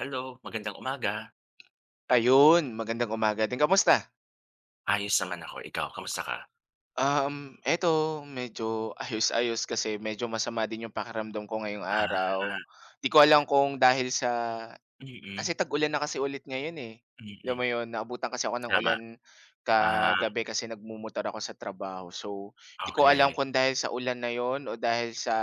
Hello, magandang umaga. Ayun, magandang umaga din. Kamusta? Ayos naman ako, ikaw kamusta ka? Eto medyo ayos-ayos kasi medyo masama din yung pakiramdam ko ngayong araw. Ah, 'Di ko alam kung dahil sa kasi mm, tag-ulan na kasi ulit ngayon, eh. Alam mo mm, yun, naabutan kasi ako ng tama. ulan Ah, kagabi kasi nagmumotor ako sa trabaho. So, 'di ko alam okey. kung dahil sa ulan na yun o dahil sa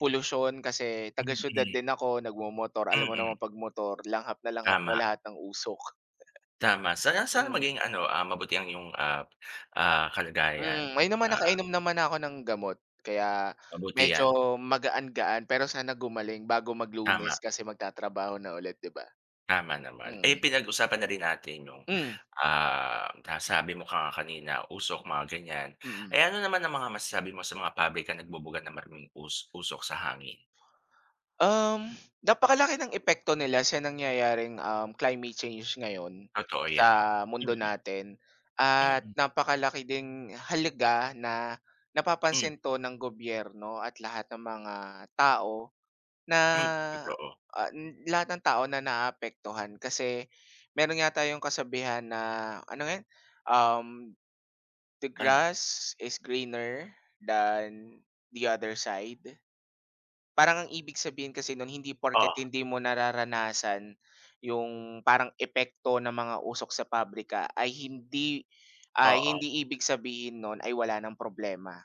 pollution kasi taga-siyudad Mm, din ako, nagmomotor. Alam mo naman mm, 'pag motor, langhap na langhap mo tama, lahat ng usok. tama. Sana sana maging ano, mabuti ang iyong, Mm, kalagayan, may naman ah, nakainom naman ako ng gamot kaya mabuti medyo 'yan. magaan-gaan pero sana gumaling bago mag Lunes Tama, kasi magtatrabaho na ulit 'di ba? tama naman. Eh, Mm. pinag-usapan na rin natin yung, Hmm, ah, sabi mo ka nga kanina usok mga ganiyan. mm. Eh, ano naman ang mga masasabi mo sa mga pabrika nagbubuga ng maraming usok sa hangin? Um, napakalaki ng epekto nila sa nangyayaring, climate change ngayon Totoo 'yan. sa mundo Mm, natin at mm, napakalaki ding halaga na mm. napapansin 'to ng gobyerno at lahat ng mga tao. Na, Hmm, totoo. ah, n lahat ng tao na naapektuhan kasi meron nga tayong kasabihan na ano nga yun, um, "The Ano grass is greener than the other side." Parang ang ibig sabihin kasi nun hindi porket oo, hindi mo nararanasan yung parang epekto ng mga usok sa pabrika ay hindi oo, ibig sabihin nun ay wala ng problema.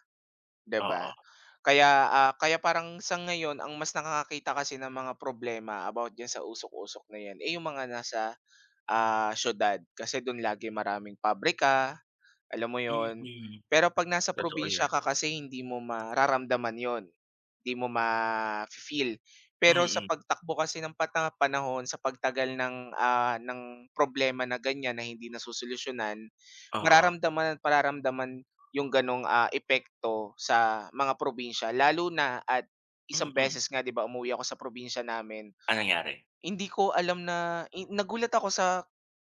'Di ba? oo, Kaya parang sa ngayon ang mas nakakakita kasi ng mga problema about diyan sa usok-usok na 'yan, eh, yung mga nasa, siyudad kasi do'n lagi maraming pabrika, alam mo yon. mm. Pero 'pag nasa Totoo probinsya yan, ka kasi hindi mo mararamdaman yon, hindi mo ma feel. Pero sa mm, pagtakbo kasi ng pata panahon, sa pagtagal ng problema na ganiyan na hindi nasusolusyunan, oo, mararamdaman at mararamdaman yung gano'ng, epekto sa mga probinsya. Lalo na at isang mm. beses nga 'di ba umuwi ako sa probinsya namin, Anong nangyari? hindi ko alam na nagulat ako sa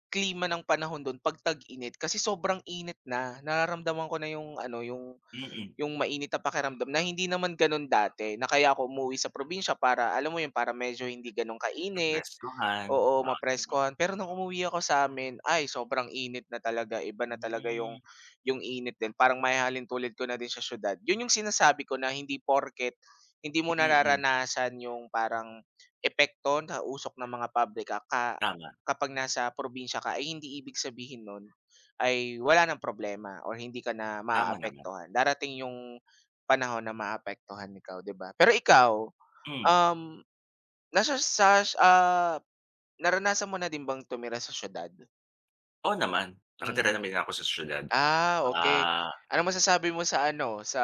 klima ng panahon don 'pag tag-init kasi sobrang init na. Nararamdaman ko na yung ano, yung Mm, mainit na pakiramdam na hindi naman ganon dati na kaya ako umuwi sa probinsya para alam mo yun, para medyo hindi ganun kainit. napreskohan, Oo, mga gano'n. mapreskuhan. Pero nung umuwi ako sa amin, ay sobrang init na talaga, iba na talaga yung Hmm, init din. Parang mahahalin tulad ko na din sa siyudad. Yun yung sinasabi ko na hindi porket hindi mo mm, nararanasan yung parang epekto na usok ng mga pabrika ka tama, kapag nasa probinsya ka, ay hindi ibig sabihin nun ay wala ng problema or hindi ka na tama naman. maaapektuhan. Darating yung panahon na maapektuhan ikaw, 'di ba? Pero ikaw, Hmm, um, nasa sa, ah Naranasan mo na din bang tumira sa siyudad? oo naman, nakatira Hmm, naman din ako sa siyudad. Okey. Ah, Anong masasabi mo sa ano, sa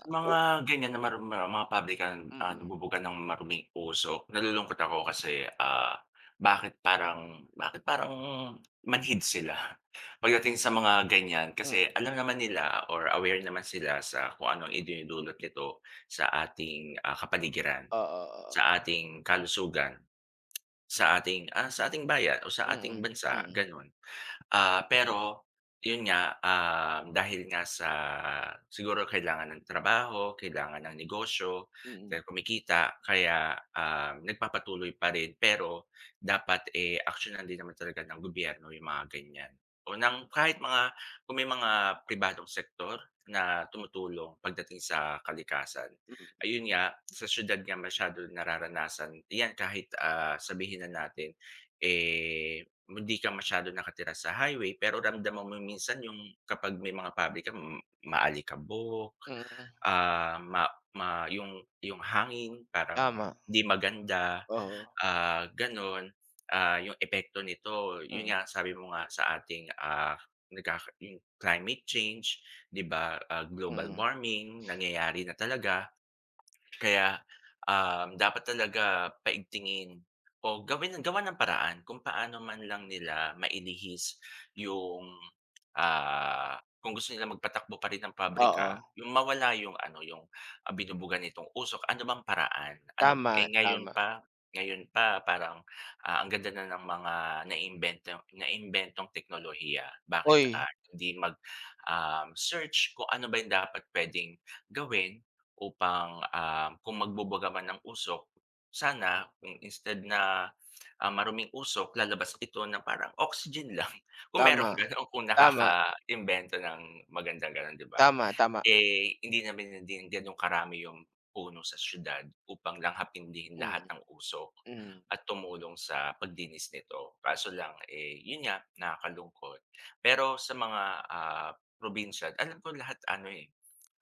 sa mga o ganyan na maru ma mga pabrikang, mm, nabubuga ng maruming usok, nalulungkot ako kasi, bakit parang manhid sila pagdating sa mga ganyan. mm, Kasi alam naman nila or aware naman sila sa kung anong idinudulot nito sa ating, kapaligiran, oo, oo. sa ating kalusugan, sa ating bayan o sa ating Mm, bansa, mm, gano'n. Ah, pero yun nga, dahil nga sa siguro kailangan ng trabaho, kailangan ng negosyo, kaya mm, kumikita kaya, nagpapatuloy pa rin. Pero dapat, eh, aksiyunan din naman talaga ng gobyerno yung mga ganyan o ng kahit mga kung may mga pribadong sektor na tumutulong pagdating sa kalikasan. mm, Ayun nga, sa siyudad nga masyado nararanasan 'yan kahit, sabihin na natin, eh hindi ka masyado nakatira sa highway, pero ramdam mo minsan yung kapag may mga pabrika maalikabok, mm, ah, ma ma yung hangin parang tama, 'di maganda, oo, gano'n. Ah, yung epekto nito, yun mm, nga sabi mo nga sa ating, ah, nagkaka yung climate change, 'di ba, global mm, warming nangyayari na talaga. Kaya, dapat talaga paigtingin o gawin ng gawan ng paraan kung paano man lang nila mailihis yung, kung gusto nila magpatakbo pa rin ng oo, pabrika, yung mawala yung ano, yung, binubuga nitong usok, ano bang paraan? Ano tama, eh, ngayon tama. pa ngayon pa parang, ang ganda na ng mga naimbentong teknolohiya. Bakit, Uy, hindi mag, search kung ano ba yung dapat puwedeng gawin upang, kung magbubuga man ng usok, sana kung instead na, maruming usok lalabas ito na parang oxygen lang. Kung merong tama, gano'n, kung tama, nakakaimbento ng magandang gano'n, 'di ba? tama, tama, Eh, hindi namin din ganong karami yung puno sa siyudad upang langhapin din lahat mm, ng usok hmm. at tumulong sa pagdinis nito. Kaso lang, eh, yun nga, nakakalungkot. Pero sa mga, ah, probinsya alam ko lahat ano, eh,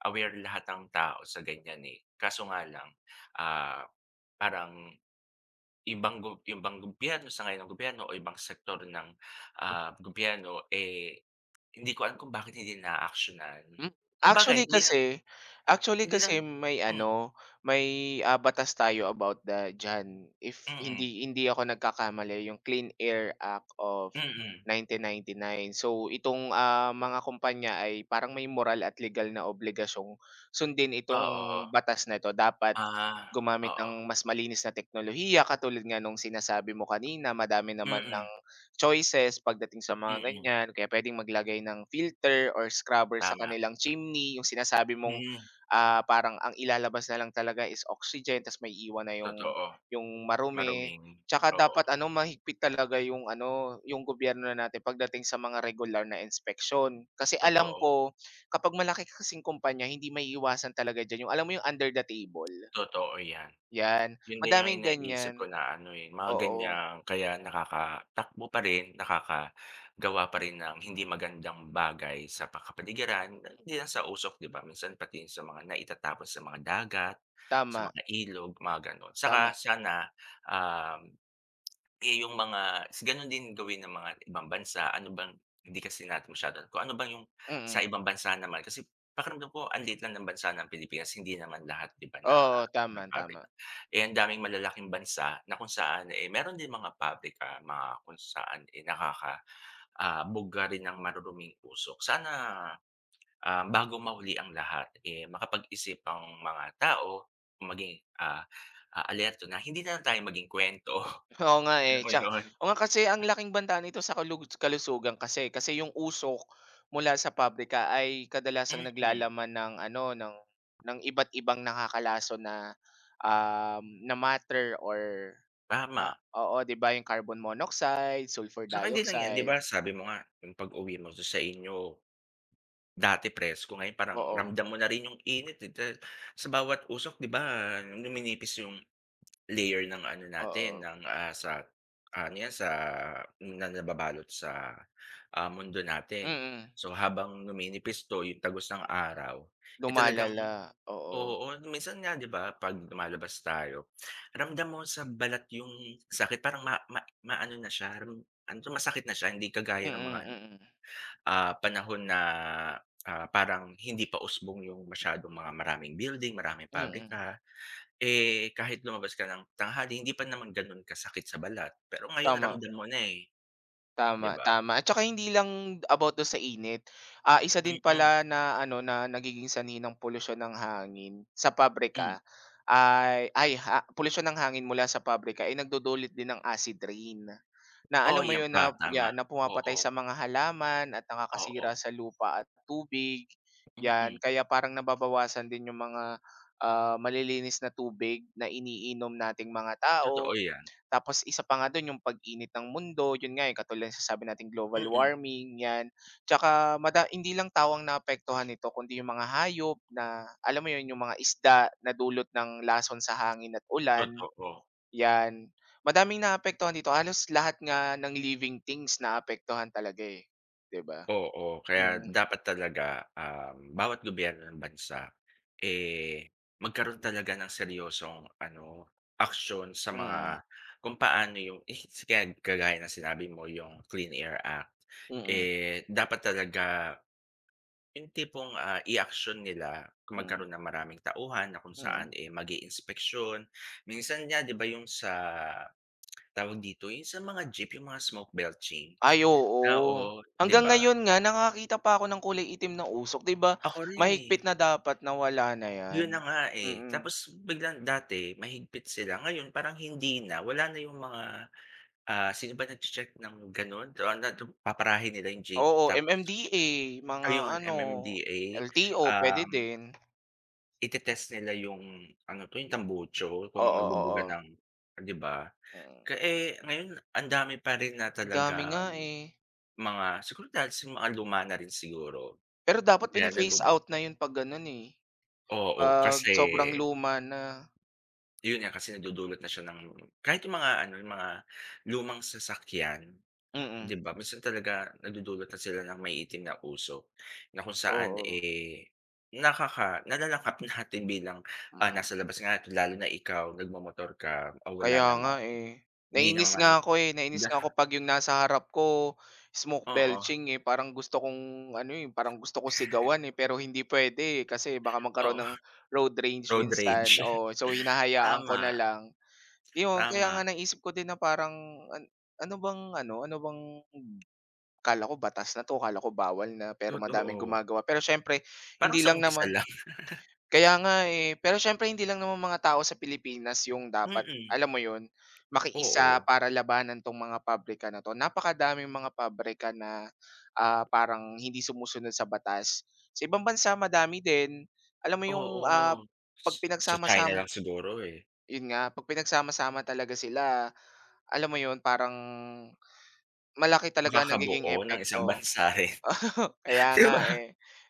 aware lahat ng tao sa ganyan, eh. Kaso nga lang, ah, parang ibang gobyerno sa ngayon ng gobyerno o ibang sektor ng, gobyerno, eh, hindi ko alam kung bakit hindi na naaaksiyunan. Hmm, Sabagay actually hindi lang kasi actually hindi lang kasi may hmm, ano, may, batas tayo about the diyan. If mm, mm. hindi hindi ako nagkakamali yung Clean Air Act of Mm. 1999. So itong, mga kumpanya ay parang may moral at legal na obligasyong sundin itong Oo, batas na ito. Dapat ah, oo. gumamit ng mas malinis na teknolohiya katulad nga nung sinasabi mo kanina, madami naman ng Mm, choices pagdating sa mga mm, ganyan, kaya puwedeng maglagay ng filter or scrubber sa tama. kanilang chimney, yung sinasabi mong, Mm, parang ang ilalabas na lang talaga is oxygen ta's maiiwan na yung totoo. Marumi. Maruming. Tsaka Oo, dapat ano, mahigpit talaga yung ano, yung gobyerno na natin pagdating sa mga regular na inspection. Kasi alam totoo, ko kapag malaki kasing kumpanya hindi may iwasan talaga diyan yung alam mo yung under the table? totoo 'yan. 'Yan, Yun din yung madaming iniisip ganyan. ko na ano, eh, mga Oo, ganyan kaya nakakatakbo pa rin, nakakagawa pa rin ng hindi magandang bagay sa kapaligiran, hindi lang sa usok 'di ba, minsan pati sa mga naitatapon sa mga dagat, sa tama, mga ilog, mga gano'n. Saka tama. sana, um eh, yung mga gano'n din gawin ng mga ibang bansa, ano bang hindi kasi natin masyado kung ano bang yung sa Mm. ibang bansa naman kasi pakiramdam ko ang liit lang ng bansa ng Pilipinas, hindi naman lahat 'di ba na Oo, tama, na tama. pabrika. Eh, ang daming malalaking bansa na kung saan, eh, meron din mga pabrika, mga kung saan, eh, bugga rin ng maruruming usok. Sana, bago mahuli ang lahat, eh, makapag-isip ang mga tao, maging, alerto na hindi na lang tayo maging kuwento, Oo nga, eh, alam mo yun? oo nga kasi ang laking banta nito sa kalusugan kasi. Kasi yung usok mula sa pabrika ay kadalasang Mm, naglalaman ng ano, ng iba't ibang nakakalason na matter or, ah, tama. oo, 'di ba, yung carbon monoxide, sulfur Saka hindi lang 'yan, 'di dioxide, ba sabi mo nga, yung pag-uwi mo sa inyo, dati presko, ngayon parang oo, ramdam mo na rin yung init, eh, sa bawat usok 'di ba, numinipis yung layer ng ano oo, natin ng, sa ano yan sa na nababalot sa, mundo natin. mm. So habang numinipis 'to yung tagos ng araw, eh, talagang Lumalala, oo, oo, minsan nga 'di ba 'pag lumalabas tayo ramdam mo sa balat yung sakit parang ma ma maano na siya ram ano 'to masakit na siya hindi mm, kagaya ng mga, mm, mm. Panahon na, parang hindi pa usbong yung masyadong mga maraming building, maraming mm. pabrika. Eh, kahit lumabas ka ng tanghali hindi pa naman gano'n kasakit sa balat, pero ngayon Tama. ramdam mo na, eh, 'di Tama, ba? tama. At saka hindi lang about do sa init, isa din Mm, pala na ano, na nagiging sanhi ng polusyon ng hangin sa hmm. pabrika. Ay ha polusyon ng hangin mula sa pabrika ay nagdudulot din ng acid rain. Na Oo, alam mo 'yan yun pa, na yeah, tama. na pumapatay Oo, sa mga halaman at oo, nakakasira sa lupa at tubig, 'yan. mm. Kaya parang nababawasan din yung mga, malilinis na tubig na iniinom nating mga Totoo tao. 'yan, Tapos isa pa nga dun yung pag-init ng mundo, yun nga, eh, katulad sa sabi nating global mm, warming, 'yan. Tsaka hindi lang tawang ang naapektuhan nito kundi yung mga hayop na alam mo yun, yung mga isda na dulot ng lason sa hangin at ulan, totoo. 'yan. Madaming naapektuhan dito, halos lahat nga ng living things naapektuhan talaga, eh, 'di ba? Oo, kaya Mm, dapat talaga, bawat gobyerno ng bansa, eh, magkaroon talaga ng seryosong ano, aksiyon sa mga mm, kung paano yung eh, kaya kagaya ng sinabi mo yung Clean Air Act, mm, eh, dapat talaga yung tipong, i-aksyon nila kung mm, magkaroon ng maraming tauhan na kung saan, mm. eh, mag-iinspeksyon. Minsan nga 'di ba yung sa tawag dito, yung sa mga jeep, yung mga smoke belching? Ay Oo, oo. 'di Hanggang ba? ngayon nga nakakita pa ako ng kulay itim na usok, 'di ba Ako rin, eh. mahigpit na dapat na wala na 'yan. Yun na nga, eh. Mm, Tapos biglang dati mahigpit sila, ngayon parang hindi na. Wala na yung mga, sino ba nagche-check ng gano'n? Paparahin nila yung jeep oo, tapos MMDA, mga ayun, ano, MMDA, LTO puwede um din. ite-test nila yung ano 'to, yung tambucho kung Oo, oo, nabubuga ng 'di ba? mm. Eh, ngayon ang dami pa rin na Dami nga, talagang eh. mga siguro dahil sa mga luma na rin siguro, Pero dapat kaya pini-phase out na 'yun 'pag gano'n, eh, oo, 'pag kasi sobrang luma na. yun nga, kasi nagdudulot na siya ng kahit yung mga ano, yung mga lumang sasakyan. 'Di Mm, ba minsan talaga nadudulot na sila ng maiitim na usok na kung saan, oo, eh, nalalangkap natin bilang, mm. nasa labas nga lalo na ikaw nagmomotor ka, wala Kaya nga, namang eh. hindi Nainis naman nga ako, eh, nainis na nga ako 'pag yung nasa harap ko smoke oo, belching, eh. Parang gusto kong ano, eh, parang gusto ko sigawan, eh, pero hindi puwede, eh, kasi baka magkaroon oo, ng road rage road minsan, rage. oo. So, hinahayaan ko na Tama, lang. Yun, kaya nga tama, naisip ko din na parang an ano bang ano, ano bang kala ko batas na 'to, kala ko bawal na, pero madaming totoo. gumagawa. Pero siyempre Parang hindi sa lang umpisa naman lang, kaya nga, eh. Pero syempre hindi lang naman mga tao sa Pilipinas yung dapat, mm, alam mo yun, makiisa oo, para labanan 'tong mga pabrika na 'to. Napakadaming mga pabrika na, parang hindi sumusunod sa batas. Sa ibang bansa madami din. Alam mo yung, oo. 'pag Sa China lang siguro, eh, yun nga, 'pag pinagsama-sama talaga sila, alam mo yun, parang malaki talaga ang nagiging makakabuo ng isang epekto. bansa rin, Kaya 'di nga, ba? eh.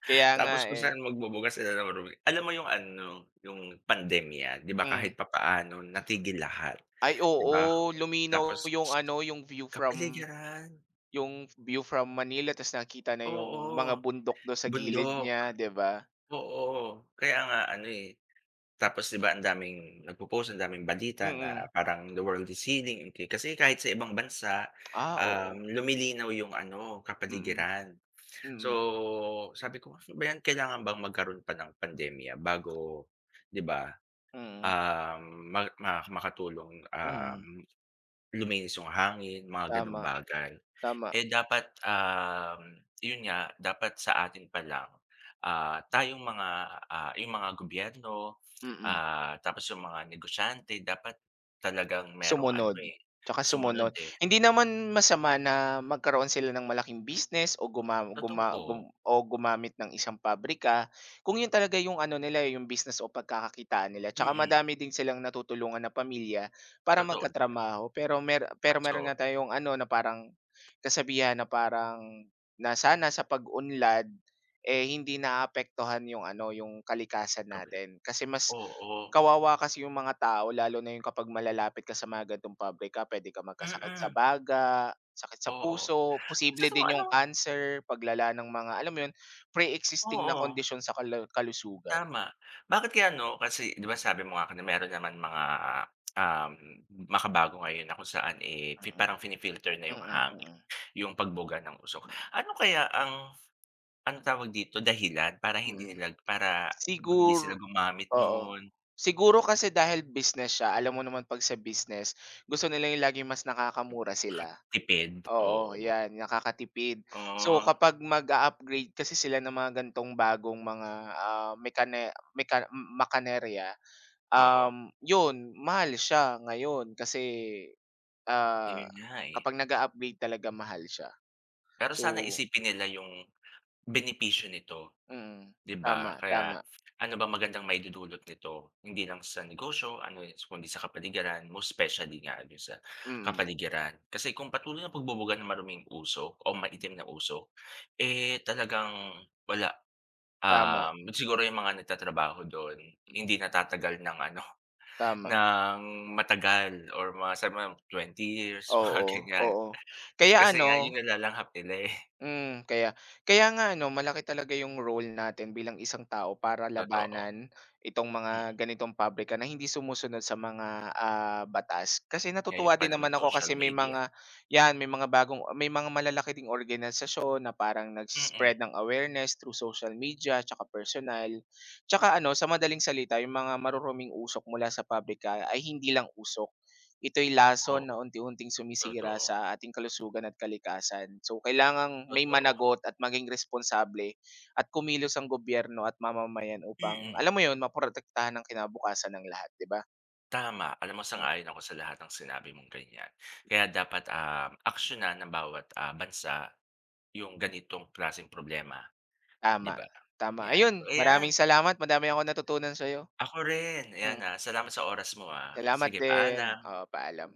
Kaya nga, Tapos kung eh. saan magbubuga sila ng room. Alam mo yung ano, yung pandemya, 'di ba Hmm. kahit papaano natigil lahat, Ay 'di oo, ba? luminaw Tapos yung ano, yung view from kapaligiran, Manila ta's nakita na yung oo, mga bundok do sa gilid bundok, niya, 'di ba? oo. Kaya nga ano, eh, tapos 'di ba ang daming nagpo-post, ang daming balita na Mm. parang the world is healing, okay? Kasi kahit sa ibang bansa, Ah, oo. Lumilinaw yung ano, Mm, kapaligiran. So, mm, sabi ko, "Ano ba 'yan, kailangan bang magkaroon pa ng pandemya bago" 'di ba? mm, Um, ma ma makatulong, mm, luminis yung hangin, mga gano'ng tama, bagay. tama, Eh, dapat, yun nga, dapat sa atin pa lang, tayong mga, yung mga gobyerno, mm. Tapos yung mga negosyante dapat talagang merong ano, Sumunod, eh, tsaka sumunod, sumunod. eh. Hindi naman masama na magkaroon sila ng malaking business o guma guma Totoo, gum o gumamit ng isang pabrika, kung yun talaga yung ano nila, eh, yung business o pagkakakitaan nila. Tsaka mm, madami din silang natutulungan na pamilya para totoo naman. magkatrabaho. Pero Kaso meron nga tayong ano na parang kasabihan na parang na sana sa pag-unlad, eh, hindi naapektuhan yung ano, yung kalikasan natin. Kasi mas oo, kawawa kasi yung mga tao lalo na yung kapag malalapit ka sa mga ganitong pabrika pwede ka mm, magkasakit sa mm baga, sakit sa oo. puso, posible Kasi kung din ano yung cancer, paglala ng mga alam mo yun, pre-existing na oo. kondisyon sa kalusugan. Tama. Bakit kaya no kasi 'di ba sabi mo nga kanina meron naman mga, um, makabago ngayon na kung saan, eh, Mm, parang fini-filter na yung mm, hangin, mm, yung pagbuga ng usok. mm, Ano kaya ang, ano tawag dito, dahilan mm. Para hindi Sigur sila gumamit Oo. nun, Siguro kasi dahil business siya, alam mo naman 'pag sa business, gusto nila yung laging mas nakakamura ka sila. tipid, Oo, oo. 'yan, nakakatipid. So, Oh, kapag mag upgrade kasi sila ng mga ganitong bagong mga, ah, mekane makanerya, oo, 'yun, mahal siya ngayon kasi, ah, yun nga, eh. kapag nag upgrade talaga mahal siya. Pero So sana isipin nila yung benepisyo nito. mm, 'Di ba? tama, Kaya tama. ano ba magandang maidudulot nito, hindi lang sa negosyo, ano, eh, kundi sa kapaligiran, most specially nga ano sa Mm, kapaligiran. Kasi kung patuloy na pagbubuga ng maruming usok o maitim na usok, eh, talagang wala, tama, siguro yung mga nagtatrabaho do'n hmm, hindi natatagal ng ano, tama. ng matagal or mga sa mga 20 years, mga Oo, ganyan. oo. Kaya Kasi ano nga yun nalalanghap nila, eh, Mm, kaya kaya nga ano malaki talaga yung role natin bilang isang tao para totoo. labanan itong Mm, mga ganitong pabrika na hindi sumusunod sa mga, batas. Kasi natutuwa ngayon pa din na may naman ako social kasi may media. mga 'yan may mga bagong may mga malalaki ding organisasyon na parang Mm, nagse-spread mm. ng awareness through social media tsaka personal. Tsaka ano, sa madaling salita yung mga maruruming usok mula sa pabrika ay hindi lang usok. Ito'y lason Oo, na unti-unting sumisira totoo. sa ating kalusugan at kalikasan. So, kailangang may Totoo, managot at maging responsable at kumilos ang gobyerno at mamamayan upang, mm. alam mo 'yun, maprotektahan ang kinabukasan ng lahat, 'di ba? Tama, alam mo Hmm, sang-ayon ako sa lahat ng sinabi mong ganyan. Kaya dapat, aksiyunan ng bawat, bansa yung ganitong klaseng problema, 'di tama, ba? tama. 'Yan, so, Ayun, maraming ayan, salamat, madami akong natutunan sa'yo. ako rin. Ayan, Mm, salamat sa oras mo, ah. salamat Sige, din. paalam. Oo, paalam.